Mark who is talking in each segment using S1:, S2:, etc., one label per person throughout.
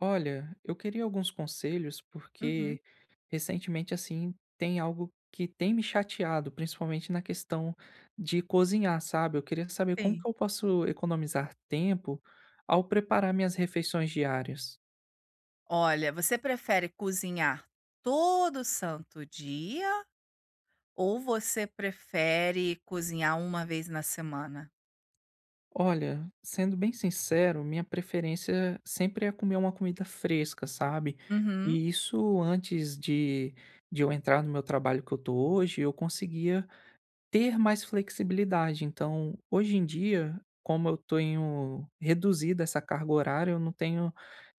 S1: Olha, eu queria alguns conselhos
S2: Uhum,
S1: porque recentemente assim tem algo que tem me chateado, principalmente na questão de cozinhar, sabe? Eu queria saber como que
S2: sim.
S1: eu posso economizar tempo ao preparar minhas refeições diárias.
S2: Olha, você prefere cozinhar todo santo dia ou você prefere cozinhar uma vez na semana?
S1: Olha, sendo bem sincero, minha preferência sempre é comer uma comida fresca, sabe?
S2: Uhum,
S1: E isso antes de eu entrar no meu trabalho que eu tô hoje, eu conseguia ter mais flexibilidade. Então, hoje em dia, como eu tenho reduzido essa carga horária, eu não tenho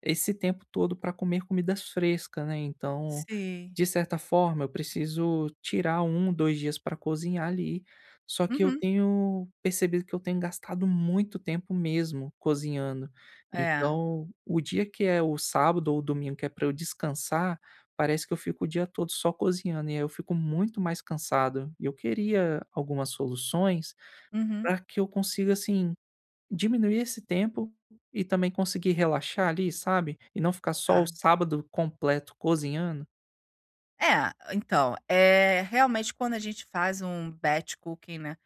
S1: esse tempo todo para comer comidas frescas, né? Então,
S2: sim.
S1: de certa forma, eu preciso tirar um, dois dias para cozinhar ali. Só que eu
S2: Uhum,
S1: tenho percebido que eu tenho gastado muito tempo mesmo cozinhando.
S2: é.
S1: Então, o dia que é o sábado ou o domingo que é para eu descansar, parece que eu fico o dia todo só cozinhando, e aí eu fico muito mais cansado. E eu queria algumas soluções
S2: Uhum,
S1: para que eu consiga, assim, diminuir esse tempo e também conseguir relaxar ali, sabe? E não ficar só o
S2: tá.
S1: sábado completo cozinhando.
S2: É, então, é realmente quando a gente faz um batch cooking, né,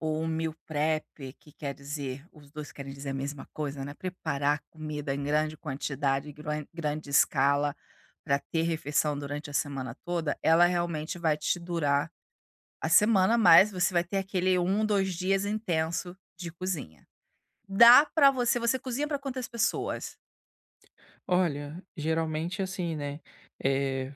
S2: ou um meal prep, que quer dizer os 2 querem dizer a mesma coisa, né, preparar comida em grande quantidade, grande escala, para ter refeição durante a semana toda, ela realmente vai te durar a semana, mas você vai ter aquele um, 2 dias intenso de cozinha. Dá para você cozinha para quantas pessoas?
S1: Olha, geralmente assim, né, eh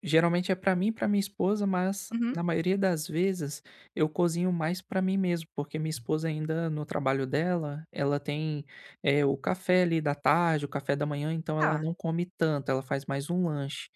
S1: geralmente é para mim e pra minha esposa, mas
S2: Uhum.
S1: na maioria das vezes eu cozinho mais para mim mesmo, porque minha esposa ainda no trabalho dela, ela tem, o café ali da tarde, o café da manhã, então ela
S2: Tá.
S1: não come tanto, ela faz mais um lanche.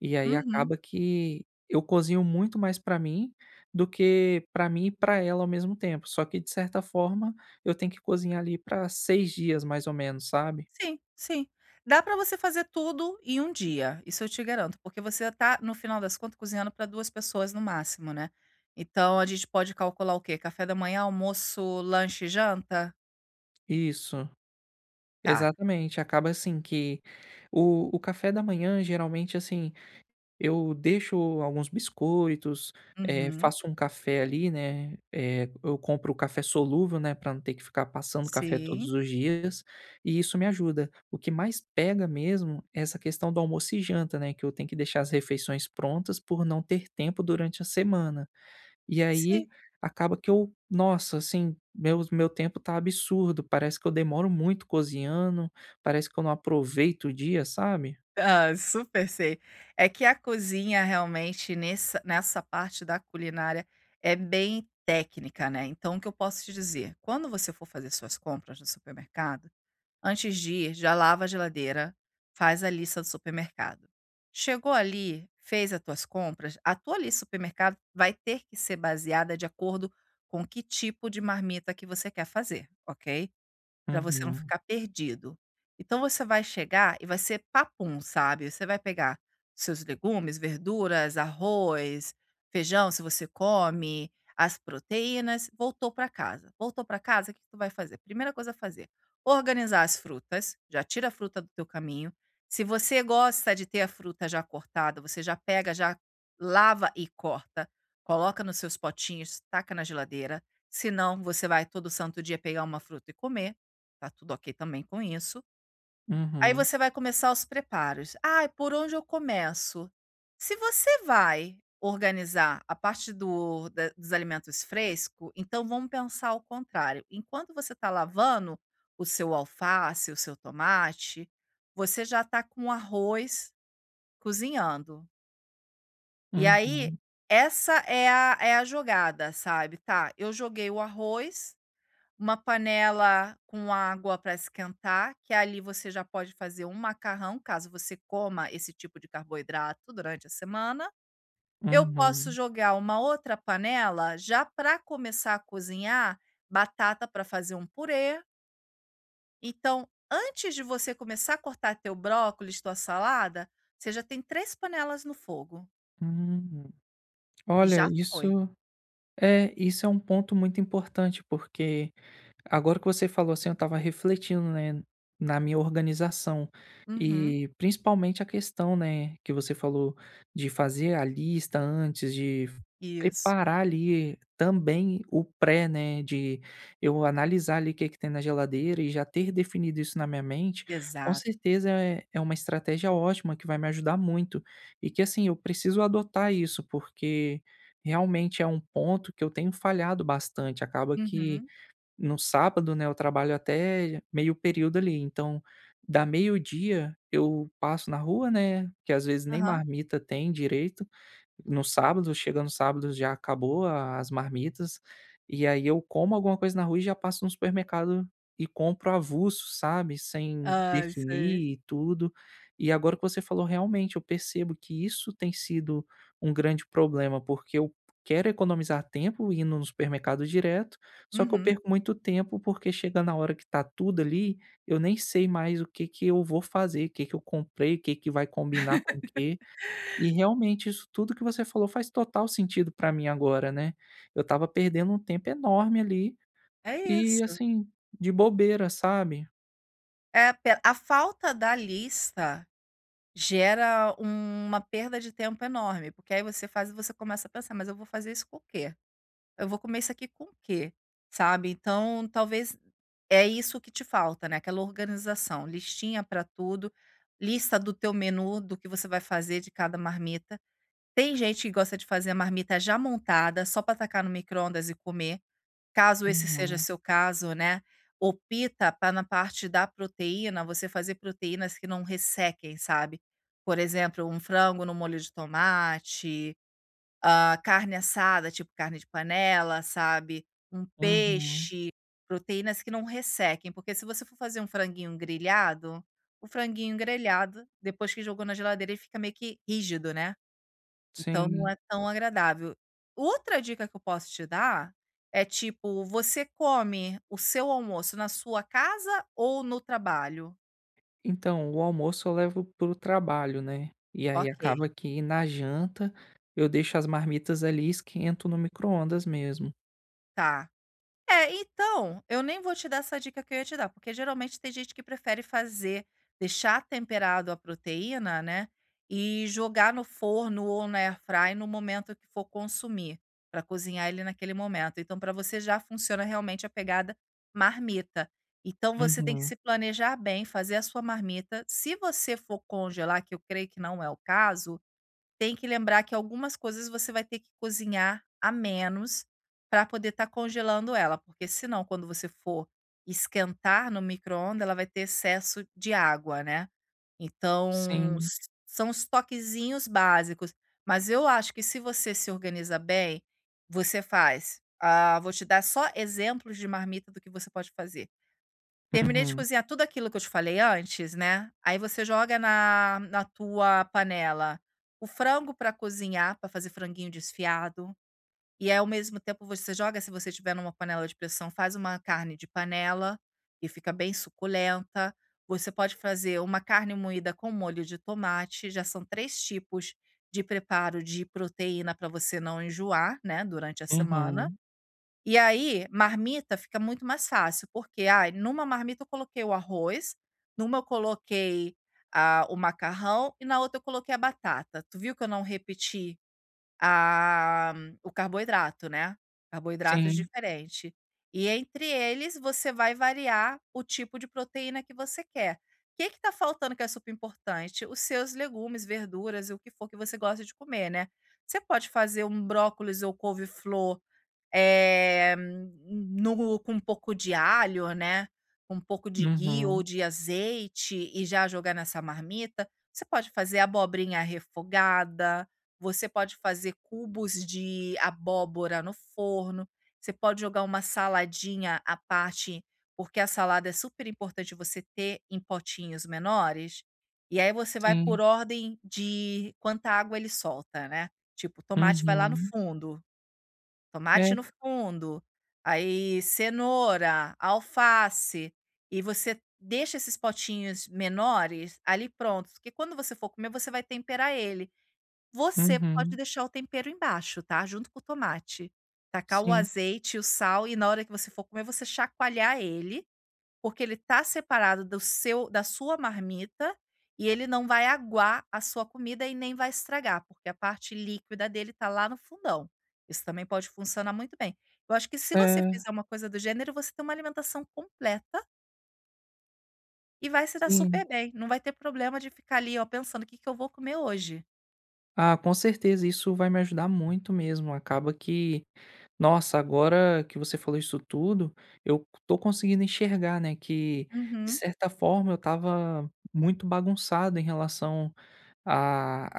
S1: E aí
S2: Uhum.
S1: acaba que eu cozinho muito mais para mim do que para mim e para ela ao mesmo tempo. Só que de certa forma eu tenho que cozinhar ali para 6 dias mais ou menos, sabe?
S2: Sim, sim. Dá para você fazer tudo em um dia, isso eu te garanto, porque você tá, no final das contas, cozinhando para 2 pessoas no máximo, né. Então a gente pode calcular o quê? Café da manhã, almoço, lanche e janta?
S1: Isso.
S2: Tá.
S1: Exatamente, acaba assim que o café da manhã geralmente, assim, eu deixo alguns biscoitos,
S2: Uhum.
S1: faço um café ali, né, eu compro o café solúvel, né, para não ter que ficar passando café todos
S2: Sim,
S1: os dias, e isso me ajuda. O que mais pega mesmo é essa questão do almoço e janta, né, que eu tenho que deixar as refeições prontas por não ter tempo durante a semana. E
S2: sim.
S1: aí, acaba que eu nossa, assim, meu tempo tá absurdo, parece que eu demoro muito cozinhando, parece que eu não aproveito o dia, sabe.
S2: Ah, super sei. É que a cozinha realmente nessa parte da culinária é bem técnica, né. Então o que eu posso te dizer, quando você for fazer suas compras no supermercado, antes de ir, já lava a geladeira, faz a lista do supermercado. Chegou ali, fez as tuas compras, a tua lista do supermercado vai ter que ser baseada de acordo com que tipo de marmita que você quer fazer, ok? Pra você não
S1: Uhum.
S2: ficar perdido. Então você vai chegar e vai ser papum, sabe. Você vai pegar seus legumes, verduras, arroz, feijão, se você come, as proteínas, voltou pra casa. Voltou pra casa. O que tu vai fazer? Primeira coisa a fazer, organizar as frutas, já tira a fruta do teu caminho. Se você gosta de ter a fruta já cortada, você já pega, já lava e corta, coloca nos seus potinhos, taca na geladeira. Se não, você vai todo santo dia pegar uma fruta e comer. Tá tudo ok também com isso. Aí
S1: Uhum.
S2: você vai começar os preparos: "Ah, por onde eu começo?". Se você vai organizar a parte do da dos alimentos frescos, então vamos pensar ao contrário. Enquanto você está lavando o seu alface, o seu tomate, você já está com o arroz cozinhando. E aí,
S1: Uhum.
S2: essa é a jogada, sabe: "Tá, eu joguei o arroz, uma panela com água para esquentar, que ali você já pode fazer um macarrão, caso você coma esse tipo de carboidrato durante a semana. Eu posso
S1: Uhum.
S2: jogar uma outra panela já para começar a cozinhar batata para fazer um purê". Então, antes de você começar a cortar teu brócolis, tua salada, você já tem 3 panelas no fogo
S1: Hum.
S2: e
S1: Olha,
S2: já foi.
S1: isso é um ponto muito importante, porque agora que você falou assim, eu estava refletindo, né, na minha organização
S2: Uhum.
S1: e principalmente a questão, né, que você falou de fazer a lista antes, de
S2: Isso,
S1: preparar ali também o pré, né, de eu analisar ali o que é que tem na geladeira e já ter definido isso na minha mente, com
S2: exato.
S1: certeza é uma estratégia ótima que vai me ajudar muito e que assim eu preciso adotar isso porque realmente é um ponto que eu tenho falhado bastante. Acaba que
S2: Uhum.
S1: no sábado, né, eu trabalho até meio período ali, então da meio-dia eu passo na rua, né, que às vezes nem
S2: Aham.
S1: marmita tem direito, no sábado, chega no sábado já acabou as marmitas, e aí eu como alguma coisa na rua e já passo no supermercado e compro avulso, sabe, sem
S2: Ai, sei.
S1: definir e tudo. E agora que você falou, realmente, eu percebo que isso tem sido um grande problema, porque eu quero economizar tempo indo no supermercado direto, só que eu
S2: Uhum.
S1: perco muito tempo, porque chega na hora que tá tudo ali, eu nem sei mais o que que eu vou fazer, o que que eu comprei, o que que vai combinar com o quê. E realmente isso tudo que você falou faz total sentido pra mim agora, né. Eu estava perdendo um tempo enorme ali
S2: É
S1: e,
S2: isso.
S1: assim, de bobeira, sabe.
S2: É, pe a falta da lista gera uma perda de tempo enorme, porque aí você faz e você começa a pensar: "Mas eu vou fazer isso com o quê? Eu vou comer isso aqui com o quê?", sabe. Então, talvez é isso que te falta, né, aquela organização, listinha para tudo, lista do teu menu, do que você vai fazer de cada marmita. Tem gente que gosta de fazer a marmita já montada, só para tacar no micro-ondas e comer. Caso esse seja
S1: Uhum,
S2: seu caso, né, opta para na parte da proteína, você fazer proteínas que não ressequem, sabe. Por exemplo, um frango no molho de tomate, carne assada, tipo carne de panela, sabe, um
S1: uhum,
S2: peixe, proteínas que não ressequem, porque se você for fazer um franguinho grelhado, o franguinho grelhado, depois que jogou na geladeira, ele fica meio que rígido, né. Então não
S1: sim.
S2: é tão agradável. Outra dica que eu posso te dar é, tipo, você come o seu almoço na sua casa ou no trabalho?
S1: Então, o almoço eu levo pro trabalho, né, e aí
S2: Ok,
S1: acaba que na janta eu deixo as marmitas ali e esquento no micro-ondas mesmo.
S2: tá. É, então, eu nem vou te dar essa dica que eu ia te dar, porque geralmente tem gente que prefere fazer deixar temperado a proteína, né, e jogar no forno ou na airfry no momento que for consumir, para cozinhar ele naquele momento. Então para você já funciona realmente a pegada marmita. Então você tem que
S1: Uhum,
S2: se planejar bem, fazer a sua marmita. Se você for congelar, que eu creio que não é o caso, tem que lembrar que algumas coisas você vai ter que cozinhar a menos para poder estar congelando ela, porque senão quando você for esquentar no micro-ondas, ela vai ter excesso de água, né. Então
S1: sim,
S2: s são os toquezinhos básicos, mas eu acho que se você se organiza bem, você faz, vou te dar só exemplos de marmita do que você pode fazer. Terminei de
S1: uhum,
S2: cozinhar tudo aquilo que eu te falei antes, né, aí você joga na tua panela o frango para cozinhar, para fazer franguinho desfiado, e aí ao mesmo tempo você joga, se você tiver numa panela de pressão, faz uma carne de panela, e fica bem suculenta. Você pode fazer uma carne moída com molho de tomate, já são 3 tipos de preparo de proteína para você não enjoar, né, durante a semana.
S1: uhum,
S2: E aí, marmita fica muito mais fácil, porque, ai, numa marmita eu coloquei o arroz, numa eu coloquei, o macarrão e na outra eu coloquei a batata. Tu viu que eu não repeti ah, o carboidrato, né, carboidratos
S1: sim,
S2: diferente. E entre eles você vai variar o tipo de proteína que você quer. O que está faltando que é super importante? Os seus legumes, verduras, o que for que você gosta de comer, né. Você pode fazer um brócolis ou couve-flor, eh, no com um pouco de alho, né, com um pouco de ghee ou
S1: uhum,
S2: de azeite e já jogar nessa marmita. Você pode fazer abobrinha refogada, você pode fazer cubos de abóbora no forno, você pode jogar uma saladinha à parte, porque a salada é super importante você ter em potinhos menores, e aí você vai por
S1: sim,
S2: ordem de quanta água ele solta, né. Tipo, tomate vai lá no
S1: uhum,
S2: fundo, tomate no
S1: é,
S2: fundo, aí cenoura, alface, e você deixa esses potinhos menores ali prontos, porque quando você for comer, você vai temperar ele. Você pode
S1: uhum,
S2: deixar o tempero embaixo, tá, junto com o tomate. Tacar o
S1: sim,
S2: azeite, o sal e na hora que você for comer, você chacoalhar ele, porque ele tá separado do seu da sua marmita, e ele não vai aguar a sua comida e nem vai estragar, porque a parte líquida dele tá lá no fundão. Isso também pode funcionar muito bem. Eu acho que se você
S1: é.
S2: fizer uma coisa do gênero, você tem uma alimentação completa e vai se dar super
S1: Sim.
S2: bem, não vai ter problema de ficar ali, ó, pensando: "O que que eu vou comer hoje?".
S1: Ah, com certeza, isso vai me ajudar muito mesmo. Acaba que, nossa, agora que você falou isso tudo, eu tô conseguindo enxergar, né, que de
S2: Uhum.
S1: certa forma eu estava muito bagunçado em relação a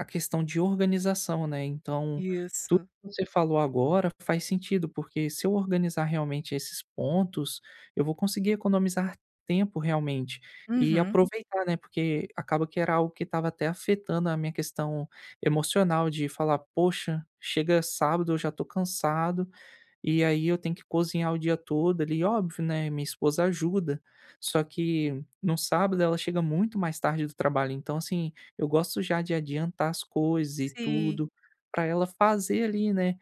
S1: a questão de organização, né. Então, tudo
S2: Isso.
S1: que você falou agora faz sentido, porque se eu organizar realmente esses pontos, eu vou conseguir economizar tempo realmente e
S2: Uhum.
S1: aproveitar, né, porque acaba que era algo que estava até afetando a minha questão emocional de falar: "Poxa, chega sábado, eu já estou cansado, e aí eu tenho que cozinhar o dia todo ali, óbvio, né, minha esposa ajuda, só que no sábado ela chega muito mais tarde do trabalho, então assim, eu gosto já de adiantar as coisas e
S2: Sim.
S1: tudo, para ela fazer ali, né,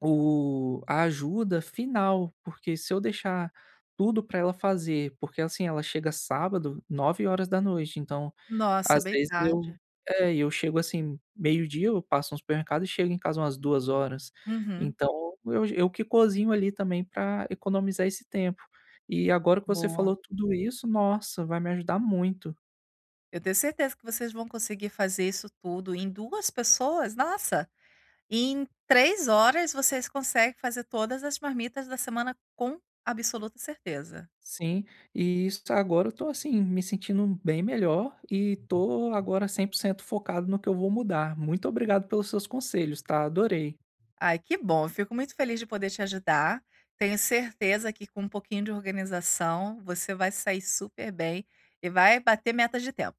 S1: o a ajuda final, porque se eu deixar tudo para ela fazer porque, assim, ela chega sábado 9 horas da noite então,
S2: Nossa,
S1: às
S2: bem
S1: vezes
S2: tarde.
S1: eu chego, assim, meio-dia, eu passo no supermercado e chego em casa umas 2 horas.
S2: Uhum.
S1: Então eu que cozinho ali também para economizar esse tempo. E agora que você
S2: Boa.
S1: falou tudo isso, nossa, vai me ajudar muito.
S2: Eu tenho certeza que vocês vão conseguir fazer isso tudo em 2 pessoas, nossa, em 3 horas vocês conseguem fazer todas as marmitas da semana com absoluta certeza.
S1: Sim, e isso agora eu tô assim, me sentindo bem melhor e tô agora 100% focado no que eu vou mudar. Muito obrigado pelos seus conselhos, tá? Adorei.
S2: Ai, que bom, eu fico muito feliz de poder te ajudar. Tenho certeza que com um pouquinho de organização, você vai sair super bem e vai bater metas de tempo.